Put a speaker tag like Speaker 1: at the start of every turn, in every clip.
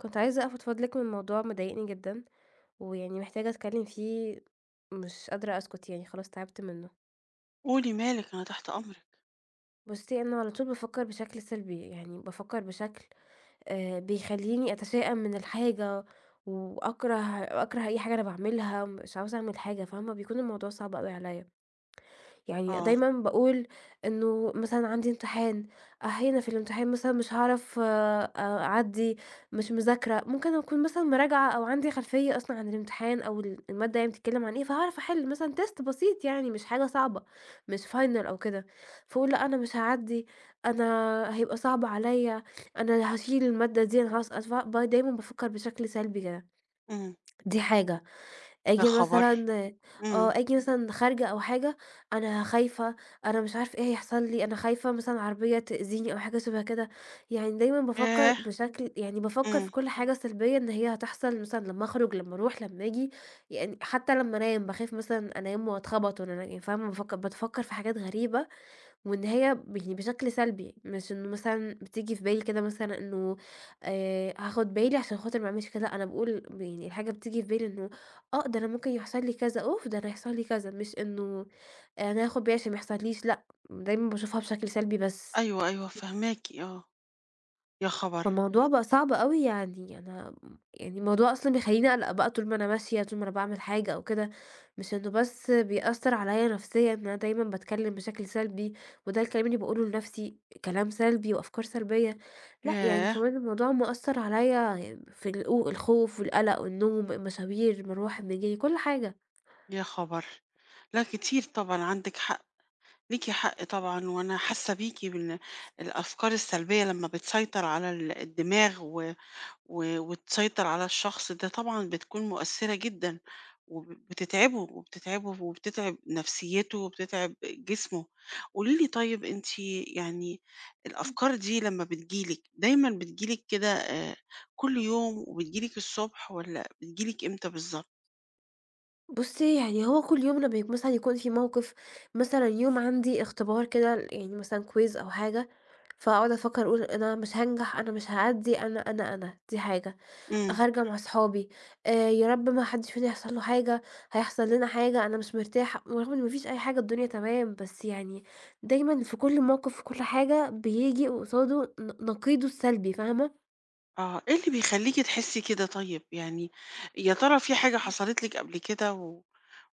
Speaker 1: كنت عايزة أفضفض لِك من موضوع مضايقني جدًا، ويعني محتاجة أتكلم فيه مش قادرة أسكت يعني خلاص تعبت منه.
Speaker 2: قولي مالِك أنا تحت أمرِك.
Speaker 1: بُصّي، أنا على طول بافكر بشكل سلبي، يعني بافكر بشكل بيخلّيني أتشائم من الحاجة، وأكره أكره أي حاجة أنا باعملها، مش عاوزة أعمل حاجة، فاهمة؟ بيكون الموضوع صعب أوي عليَّ. يعني
Speaker 2: آه.
Speaker 1: دايمًا باقول إنه مثلًا عندي امتحان، أحيانًا في الامتحان مثلًا مش هاعرف أعدّي، مش مذاكرة، ممكن أكون مثلًا مراجعة أو عندي خلفية أصلًا عن الامتحان أو المادة يعني بتتكلم عن إيه، فهاعرف أحل مثلًا test بسيط يعني مش حاجة صعبة، مش final أو كده، فاقول لأ أنا مش هاعدّي، أنا هيبقى صعب عليَّ، أنا هاشيل المادة دي، أنا هاسقط، ف ب دايمًا بافكر بشكل سلبي كده،
Speaker 2: إمم.
Speaker 1: دي حاجة.
Speaker 2: يا
Speaker 1: آجي
Speaker 2: خبر!
Speaker 1: مثلًا آه،
Speaker 2: إمم.
Speaker 1: آجي مثلًا خارجة أو حاجة أنا خايفة، أنا مش عارفة إيه هيحصل لي، أنا خايفة مثلًا عربية تأذيني أو حاجة شبه كده، يعني دايمًا بافكّر
Speaker 2: ياه!
Speaker 1: بشكل يعني بافكّر
Speaker 2: إمم.
Speaker 1: في كل حاجة سلبية إن هي هتحصل مثلًا لمّا أخرج، لمّا أروح، لمّا آجي، يعني حتى لمّا أنام باخاف مثلًا أنام وأتخبط وأنا فاهمة؟ باتفكّر في حاجات غريبة وإن هي يعني بشكل سلبي، مش إنه مثلًا بتيجي في بالي كده مثلًا إنه هاخد بالي عشان خاطر ما اعملش كذا، أنا باقول يعني الحاجة بتيجي في بالي إنه ده أنا ممكن يحصل لي كذا، أوف! ده أنا هيحصل لي كذا، مش إنه أنا هاخد بالي عشان ما يحصليش لأ، دايمًا باشوفها بشكل سلبي بس.
Speaker 2: أيوه، أيوه فاهماكِ آه. يا خبر!
Speaker 1: فالموضوع بقى صعب أوي يعني يعني الموضوع أصلًا بيخلّيني أقلق بقى طول ما أنا ماشية، طول ما أنا باعمل حاجة أو كده، مش إنه بس بيأثّر عليّا نفسيًا إن أنا دايمًا باتكلّم بشكل سلبي، وده الكلام اللي باقوله لنفسي كلام سلبي وأفكار سلبية، لأ يعني
Speaker 2: ياه!
Speaker 1: كمان الموضوع مأثّر عليّا في الخوف والقلق والنوم، المشاوير، المروح، المجي، كل حاجة.
Speaker 2: يا خبر! لأ كتير طبعًا عندِك حق، ليكِ حق طبعًا، وأنا حاسة بيكِ الأفكار السلبية لمّا بتسيطر على الدماغ و و وتسيطر على الشخص ده طبعًا بتكون مؤثرة جدًا، وبتتعبه وبتتعبه وبتتعب نفسيته وبتتعب جسمه. قولي لي طيب أنتِ، يعني الأفكار دي لمّا بتيجي لِك، دايمًا بتيجي لِك كده، كل يوم وبتيجي لِك الصبح والّا بتيجي لِك إمتى بالضبط؟
Speaker 1: بُصّي، يعني هو كل يوم لمّا مثلًا يكون في موقف، مثلًا يوم عندي اختبار كده يعني مثلًا quiz أو حاجة، فاقعد أفكّر أقول أنا مش هانجح، أنا مش هاعدّي، أنا، أنا، أنا، دي حاجة.
Speaker 2: إمم.
Speaker 1: خارجة مع صحابي، يا رب ما حدّش فينا يحصل له حاجة، هيحصل لنا حاجة، أنا مش مرتاحة، ورغم إن ما فيش أي حاجة الدنيا تمام، بس يعني دايمًا في كل موقف، في كل حاجة بييجي قصاده نقيضه السلبي، فاهمة؟
Speaker 2: آه، إيه اللي بيخلّيكِ تحسّي كده طيب؟ يعني يا ترى في حاجة حصلت لِك قبل كده و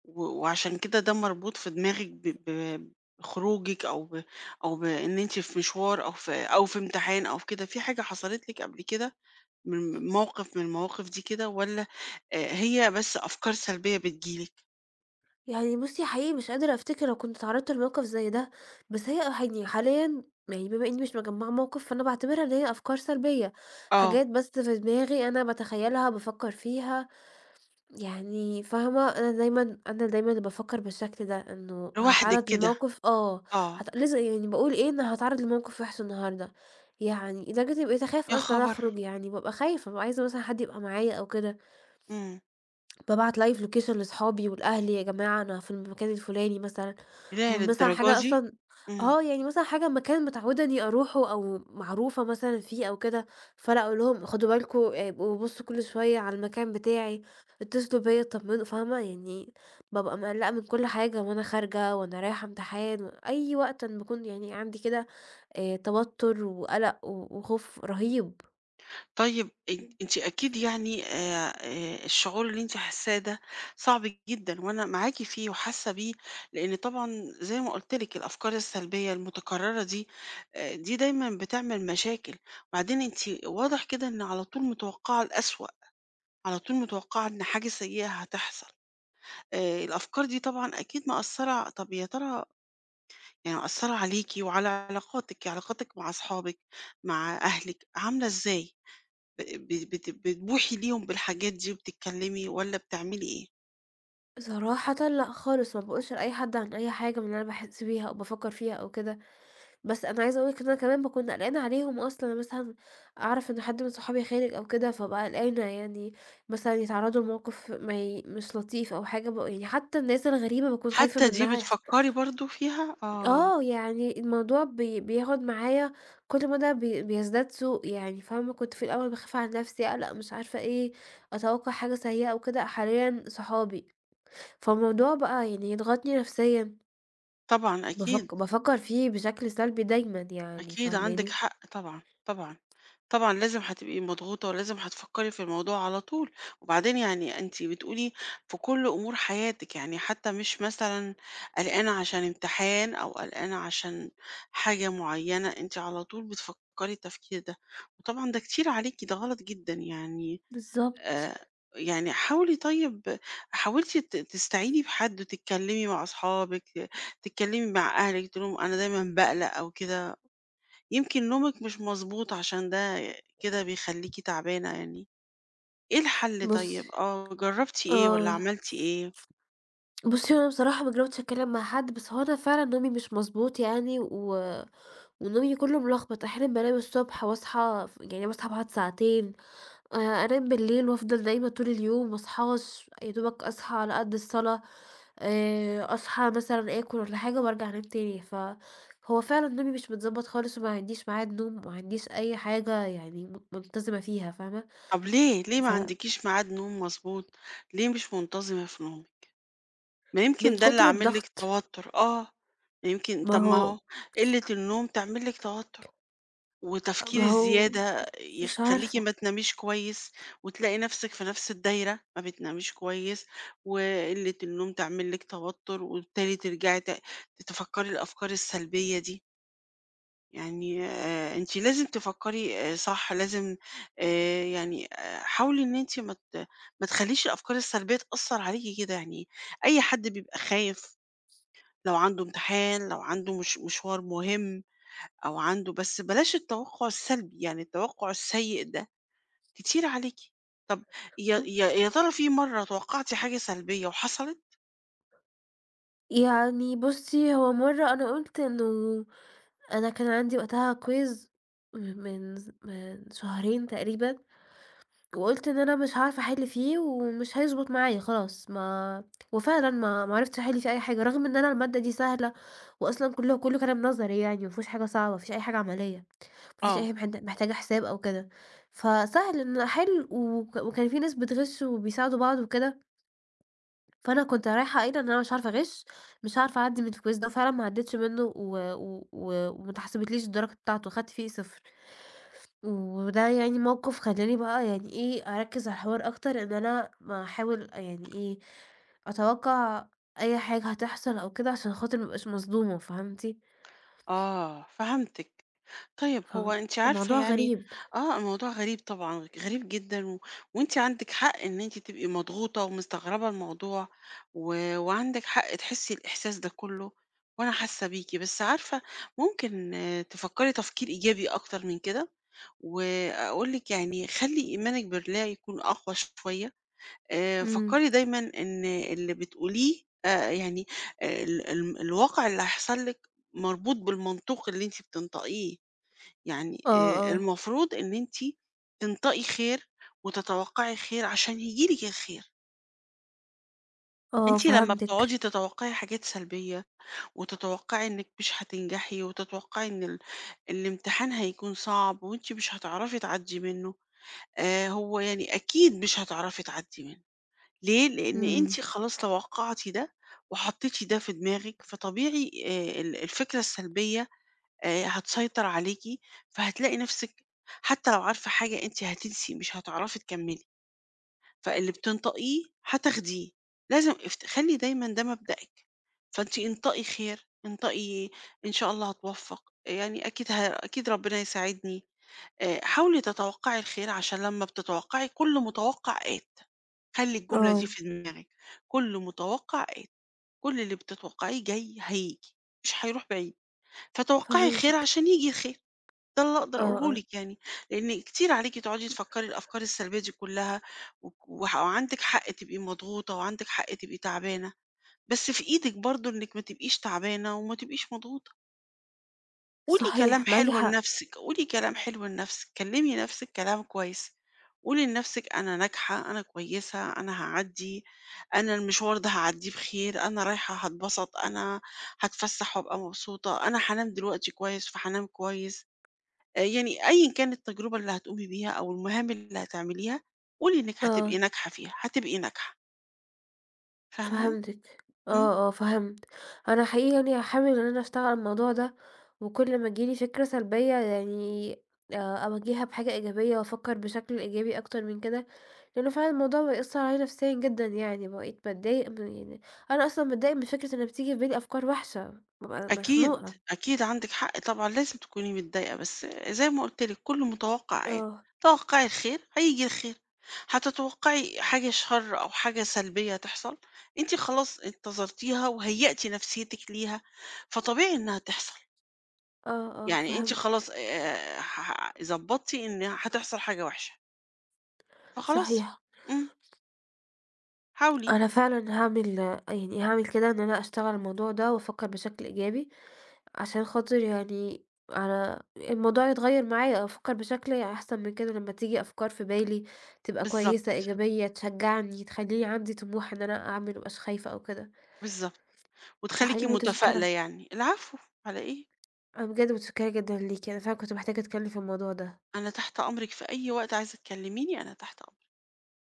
Speaker 2: و وعشان كده ده مربوط في دماغِك ب ب بخروجِك أو بإن أنتِ في مشوار أو في امتحان أو في كده، في حاجة حصلت لِك قبل كده من موقف من المواقف دي كده، والّا هي بس أفكار سلبية بتيجي لِك؟
Speaker 1: يعني بُصّي حقيقي مش قادرة أفتكر أنا كنت اتعرّضت لموقف زي ده، بس يعني حاليًا يعني بما إني مش مجمّعة موقف، فأنا باعتبرها إن هي أفكار سلبية،
Speaker 2: آه،
Speaker 1: حاجات بس في دماغي أنا باتخيّلها، بافكّر فيها، يعني فاهمة؟ أنا دايمًا بافكّر بالشكل ده، إنه
Speaker 2: لوحدِك
Speaker 1: هاتعرّض
Speaker 2: كده.
Speaker 1: لموقف آه،
Speaker 2: آه.
Speaker 1: لسه يعني باقول إيه، أنا هاتعرّض لموقف وِحِش النهارده، يعني لدرجة إني بقيت أخاف
Speaker 2: يا
Speaker 1: أصلًا
Speaker 2: خبر!
Speaker 1: أخرُج، يعني بابقى خايفة، بابقى عايزة مثلًا حد يبقى معايا أو كده.
Speaker 2: إمم.
Speaker 1: بابعت live location لصحابي ولأهلي، يا جماعة أنا في المكان الفلاني مثلًا،
Speaker 2: ياه
Speaker 1: ومثلًا
Speaker 2: للدرجة
Speaker 1: حاجة
Speaker 2: دي!
Speaker 1: أصلًا
Speaker 2: إمم.
Speaker 1: آه، يعني مثلًا حاجة مكان متعودة إني أروحه أو معروفة مثلًا فيه أو كده، فلأ أقول لهم خدوا بالكم ابقوا بصوا كل شوية على المكان بتاعي، اتصلوا بيّا اتطمنوا، فاهمة؟ يعني بابقى مقلقة من كل حاجة، وأنا خارجة وأنا رايحة امتحان، أي وقت أنا باكون يعني عندي كده توتر وقلق و وخوف رهيب.
Speaker 2: طيب أنتِ أكيد يعني الشعور اللي أنتِ حاساه ده صعب جدًا، وأنا معاكِ فيه وحاسة بيه، لإن طبعًا زي ما قُلت لِك الأفكار السلبية المتكررة دي دايمًا بتعمل مشاكل، وبعدين أنتِ واضح كده إن على طول متوقعة الأسوأ، على طول متوقعة إن حاجة سيئة هتحصل. الأفكار دي طبعًا أكيد مأثّرة. طب يا ترى يعني مأثّرة عليكِ وعلى علاقاتِك مع أصحابِك، مع أهلِك، عاملة إزاي؟ ب ب بت بتبوحي ليهم بالحاجات دي وبتتكلمي والّا بتعملي إيه؟
Speaker 1: صراحةً لأ خالص، ما باقولش لأي حد عن أي حاجة من اللي أنا باحس بيها أو بافكّر فيها أو كده، بس أنا عايزة أقول لِك إن أنا كمان باكون قلقانة عليهم أصلًا، أنا مثلًا أعرف إن حد من صحابي خارج أو كده، فابقى قلقانة يعني مثلًا يتعرّضوا لموقف ما مش لطيف أو حاجة يعني حتى الناس الغريبة باكون خايفة
Speaker 2: حتى دي
Speaker 1: منها
Speaker 2: بتفكّري برضه فيها؟ آه،
Speaker 1: آه، يعني الموضوع بياخد معايا كل مدى بيزداد سوء يعني فاهمة، كنت في الأول باخاف على نَفْسي، أقلق مش عارفة إيه، أتوقّع حاجة سيئة أو كده، حاليًا صحابي. فالموضوع بقى يعني يضغطني نفسيًا،
Speaker 2: طبعًا أكيد.
Speaker 1: بافكّر فيه بشكل سلبي دايمًا يعني
Speaker 2: أكيد عندِك
Speaker 1: فاهماني؟
Speaker 2: حق طبعًا، طبعًا، طبعًا لازم هتبقي مضغوطة، ولازم هتفكّري في الموضوع على طول، وبعدين يعني أنتِ بتقولي في كل أمور حياتِك، يعني حتى مش مثلًا قلقانة عشان امتحان أو قلقانة عشان حاجة معيّنة، أنتِ على طول بتفكّري التفكير ده، وطبعًا ده كتير عليكِ، ده غلط جدًا يعني.
Speaker 1: بالضبط.
Speaker 2: آآ يعني حاولي. طيب حاولتِ تستعيني بحد وتتكلمي مع أصحابِك، تتكلمي مع أهلِك، تقولي لهم أنا دايمًا باقلق أو كده، يمكن نومِك مش مضبوط عشان ده كده بيخلّيكِ تعبانة يعني. إيه الحل
Speaker 1: بُصّي
Speaker 2: طيب؟ آه، جرّبتِ إيه والّا
Speaker 1: آه،
Speaker 2: عملتِ إيه؟
Speaker 1: بُصّي هو أنا بصراحة ما جرّبتش أتكلّم مع حد، بس هو أنا فعلًا نومي مش مضبوط يعني و ونومي كلّه ملخبط، أحيانًا بانام الصبح واصحى يعني باصحى باقعد ساعتين، أنام بالليل وافضل نايمة طول اليوم ما اصحاش، يا دوبك أصحى على قد الصلاة. أصحى مثلًا آكل والّا حاجة وارجع أنام تاني، فهو فعلًا نومي مش متضبط خالص وما عنديش ميعاد نوم، وما عنديش أي حاجة يعني منتظمة فيها فاهمة؟
Speaker 2: طب ليه ما
Speaker 1: فمن
Speaker 2: عندكيش ميعاد نوم مضبوط؟ ليه مش منتظمة في نومِك؟ ما يمكن ده اللي
Speaker 1: كتر
Speaker 2: عامل لِك
Speaker 1: الضغط
Speaker 2: توتر، آه، يمكن.
Speaker 1: ما
Speaker 2: طب ما
Speaker 1: هو
Speaker 2: هو قلة النوم تعمل لِك توتر،
Speaker 1: ما
Speaker 2: وتفكير
Speaker 1: هو
Speaker 2: الزيادة
Speaker 1: مش
Speaker 2: يخلّيكِ
Speaker 1: عارفة
Speaker 2: ما تناميش كويس، وتلاقي نفسِك في نفس الدايرة، ما بتناميش كويس، وقلة النوم تعمل لِك توتر، وبالتالي ترجعي تفكّري الأفكار السلبية دي. يعني أنتِ لازم تفكّري صح، لازم يعني حاولي إن أنتِ ما تخلّيش الأفكار السلبية تأثّر عليكِ كده، يعني أي حد بيبقى خايف لو عنده امتحان، لو عنده مش مشوار مهم أو عنده، بس بلاش التوقع السلبي، يعني التوقع السيء ده كتير عليكِ. طب يا ترى في مرّة توقعتِ حاجة سلبية وحصلت؟
Speaker 1: يعني بُصّي هو مرّة أنا قُلت إنه أنا كان عندي وقتها quiz من من شهرين تقريبًا وقُلت إن أنا مش هاعرف أحِل فيه ومش هيضبط معايا خلاص، ما وفعلًا ما عرفتش أحِل فيه أي حاجة، رغم إن أنا المادة دي سهلة وأصلًا كله كلام نظري يعني ما فيهوش حاجة صعبة، ما فيش أي حاجة عملية، ما فيش أي
Speaker 2: آه،
Speaker 1: حاجة محتاجة حساب أو كده، فسهل إن أحِل وكان في ناس بتغِش وبيساعدوا بعض وكده، فأنا كنت رايحة قايلة إن أنا مش عارفة أغِش، مش هاعرف أعدّي من الquiz ده وفعلًا ما عدّيتش منه و و و وما اتحسبتليش الدرجة بتاعته، خدت فيه صفر. وده يعني موقف خلّاني بقى يعني إيه، أركّز على الحوار أكتر إن أنا ما أحاول يعني إيه، أتوقّع أي حاجة هتحصل أو كده عشان خاطر ما أبقاش مصدومة فهمتِ؟
Speaker 2: آه، فهمتِك. طيب هو أنتِ عارفة
Speaker 1: فالموضوع
Speaker 2: يعني.
Speaker 1: غريب.
Speaker 2: آه، الموضوع غريب طبعًا، غريب جدًا، وأنتِ عندِك حق إن أنتِ تبقي مضغوطة ومستغربة الموضوع، وعندِك حق تحسّي الإحساس ده كُلّه، وأنا حاسة بيكِ، بس عارفة ممكن تفكّري تفكير إيجابي أكتر من كده؟ وأقول لِك يعني خلّي إيمانِك بالله يكون أقوى شوية،
Speaker 1: إمم.
Speaker 2: فكّري دايمًا إن اللي بتقوليه يعني ال ال الواقع اللي هيحصل لِك مربوط بالمنطوق اللي أنتِ بتنطقيه، يعني
Speaker 1: آه، آه،
Speaker 2: المفروض إن أنتِ تنطقي خير، وتتوقّعي خير عشان ييجي لِك الخير،
Speaker 1: آه
Speaker 2: أنتِ لمّا بتقعدي
Speaker 1: فهمتِك.
Speaker 2: تتوقّعي حاجات سلبية، وتتوقّعي إنِّك مش هتنجحي، وتتوقّعي إن الامتحان هيكون صعب، وأنتِ مش هتعرفي تعدّي منّه، هو يعني أكيد مش هتعرفي تعدّي منه، ليه؟ لإن
Speaker 1: إمم.
Speaker 2: أنتِ خلاص توقّعتِ ده، وحطّيتِ ده في دماغِك، فطبيعي ال الفكرة السلبية هتسيطر عليكِ، فهتلاقي نَفْسِك حتى لو عارفة حاجة أنتِ هتنسي، مش هتعرفي تكمّلي، فاللي بتنطقيه هتاخديه، لازم خلّي دايمًا ده مبدأِك، فأنتِ انطقي خير، انطقي إن شاء الله هاتوفّق، يعني أكيد ربنا يساعدني، حاولي تتوقّعي الخير عشان لمّا بتتوقّعي، كل متوقّع آت، خلّي الجملة دي
Speaker 1: آه،
Speaker 2: في دماغِك، كل متوقّع آت، كل اللي بتتوقّعيه جاي هييجي، مش هيروح بعيد، فتوقّعي الخير
Speaker 1: فهمتِك.
Speaker 2: عشان ييجي الخير، ده اللي أقدر
Speaker 1: آه،
Speaker 2: أقوله
Speaker 1: آه،
Speaker 2: لِك يعني، لإن كتير عليكِ تقعدي تفكّري الأفكار السلبية دي كلّها، وك وح وعندِك حق تبقي مضغوطة، وعندِك حق تبقي تعبانة، بس في إيدِك برضه إنِّك ما تبقيش تعبانة وما تبقيش مضغوطة. قولي كلام
Speaker 1: صحيح معاكِ
Speaker 2: حلو
Speaker 1: حق.
Speaker 2: لنفسِك، قولي كلام حلو لنفسِك، كلّمي نفسِك كلام كويس، قولي لنفسِك أنا ناجحة، أنا كويسة، أنا هاعدّي، أنا المشوار ده هاعدّيه بخير، أنا رايحة هاتبسط، أنا هاتفسّح وأبقى مبسوطة، أنا هانام دلوقتي كويس فهانام كويس، يعني أيًا كانت التجربة اللي هتقومي بيها أو المهام اللي هتعمليها، قولي إنِّك هتبقي
Speaker 1: آه.
Speaker 2: ناجحة فيها، هتبقي ناجحة، فاهمة؟
Speaker 1: فهمتِك،
Speaker 2: إمم.
Speaker 1: آه، آه فهمت. أنا حقيقي يعني هاحاول إن أنا أشتغل على الموضوع ده، وكل ما تيجي لي فكرة سلبية يعني أواجهها بحاجة إيجابية وأفكّر بشكل إيجابي أكتر من كده، لإنه فعلًا الموضوع بقى يأثّر عليَّ نفسيًا جدًا يعني، بقيت باتضايق من يعني أنا أصلًا باتضايق من فكرة إن بتيجي في بالي أفكار وحشة، بابقى
Speaker 2: أكيد،
Speaker 1: مخنوقة.
Speaker 2: أكيد عندِك حق طبعًا لازم تكوني متضايقة، بس زي ما قُلت لِك كُلّه متوقّعات،
Speaker 1: آه،
Speaker 2: توقّعي الخير هييجي الخير، هتتوقّعي حاجة شَر أو حاجة سلبية تحصل، أنتِ خلاص انتظرتيها وهيّأتِ نفسيتِك ليها، فطبيعي إنها تحصل،
Speaker 1: آه، آه
Speaker 2: يعني أنتِ خلاص
Speaker 1: فهمتك،
Speaker 2: ح ضبّطتِ إن هتحصل حاجة وحشة، فخلاص.
Speaker 1: صحيح.
Speaker 2: إمم، حاولي
Speaker 1: أنا فعلًا هاعمل يعني هاعمل كده إن أنا أشتغل على الموضوع ده وأفكّر بشكل إيجابي، عشان خاطر يعني أنا الموضوع يتغيّر معايا، أفكّر بشكل أحسن من كده لمّا تيجي أفكار في بالي تبقى
Speaker 2: بالضبط،
Speaker 1: كويسة، إيجابية، تشجّعني، تخلّيني عندي طموح إن أنا أعمل ما أبقاش خايفة أو كده.
Speaker 2: بالضبط، وتخلّيكِ
Speaker 1: حقيقي
Speaker 2: متفائلة
Speaker 1: متشكّرة،
Speaker 2: يعني. العفو على إيه؟
Speaker 1: أنا بجد متشكّرة جدًا ليكِ، أنا فعلًا كنت محتاجة أتكلّم في الموضوع ده.
Speaker 2: أنا تحت أمرِك في أي وقت عايزة تكلّميني، أنا تحت أمرِك.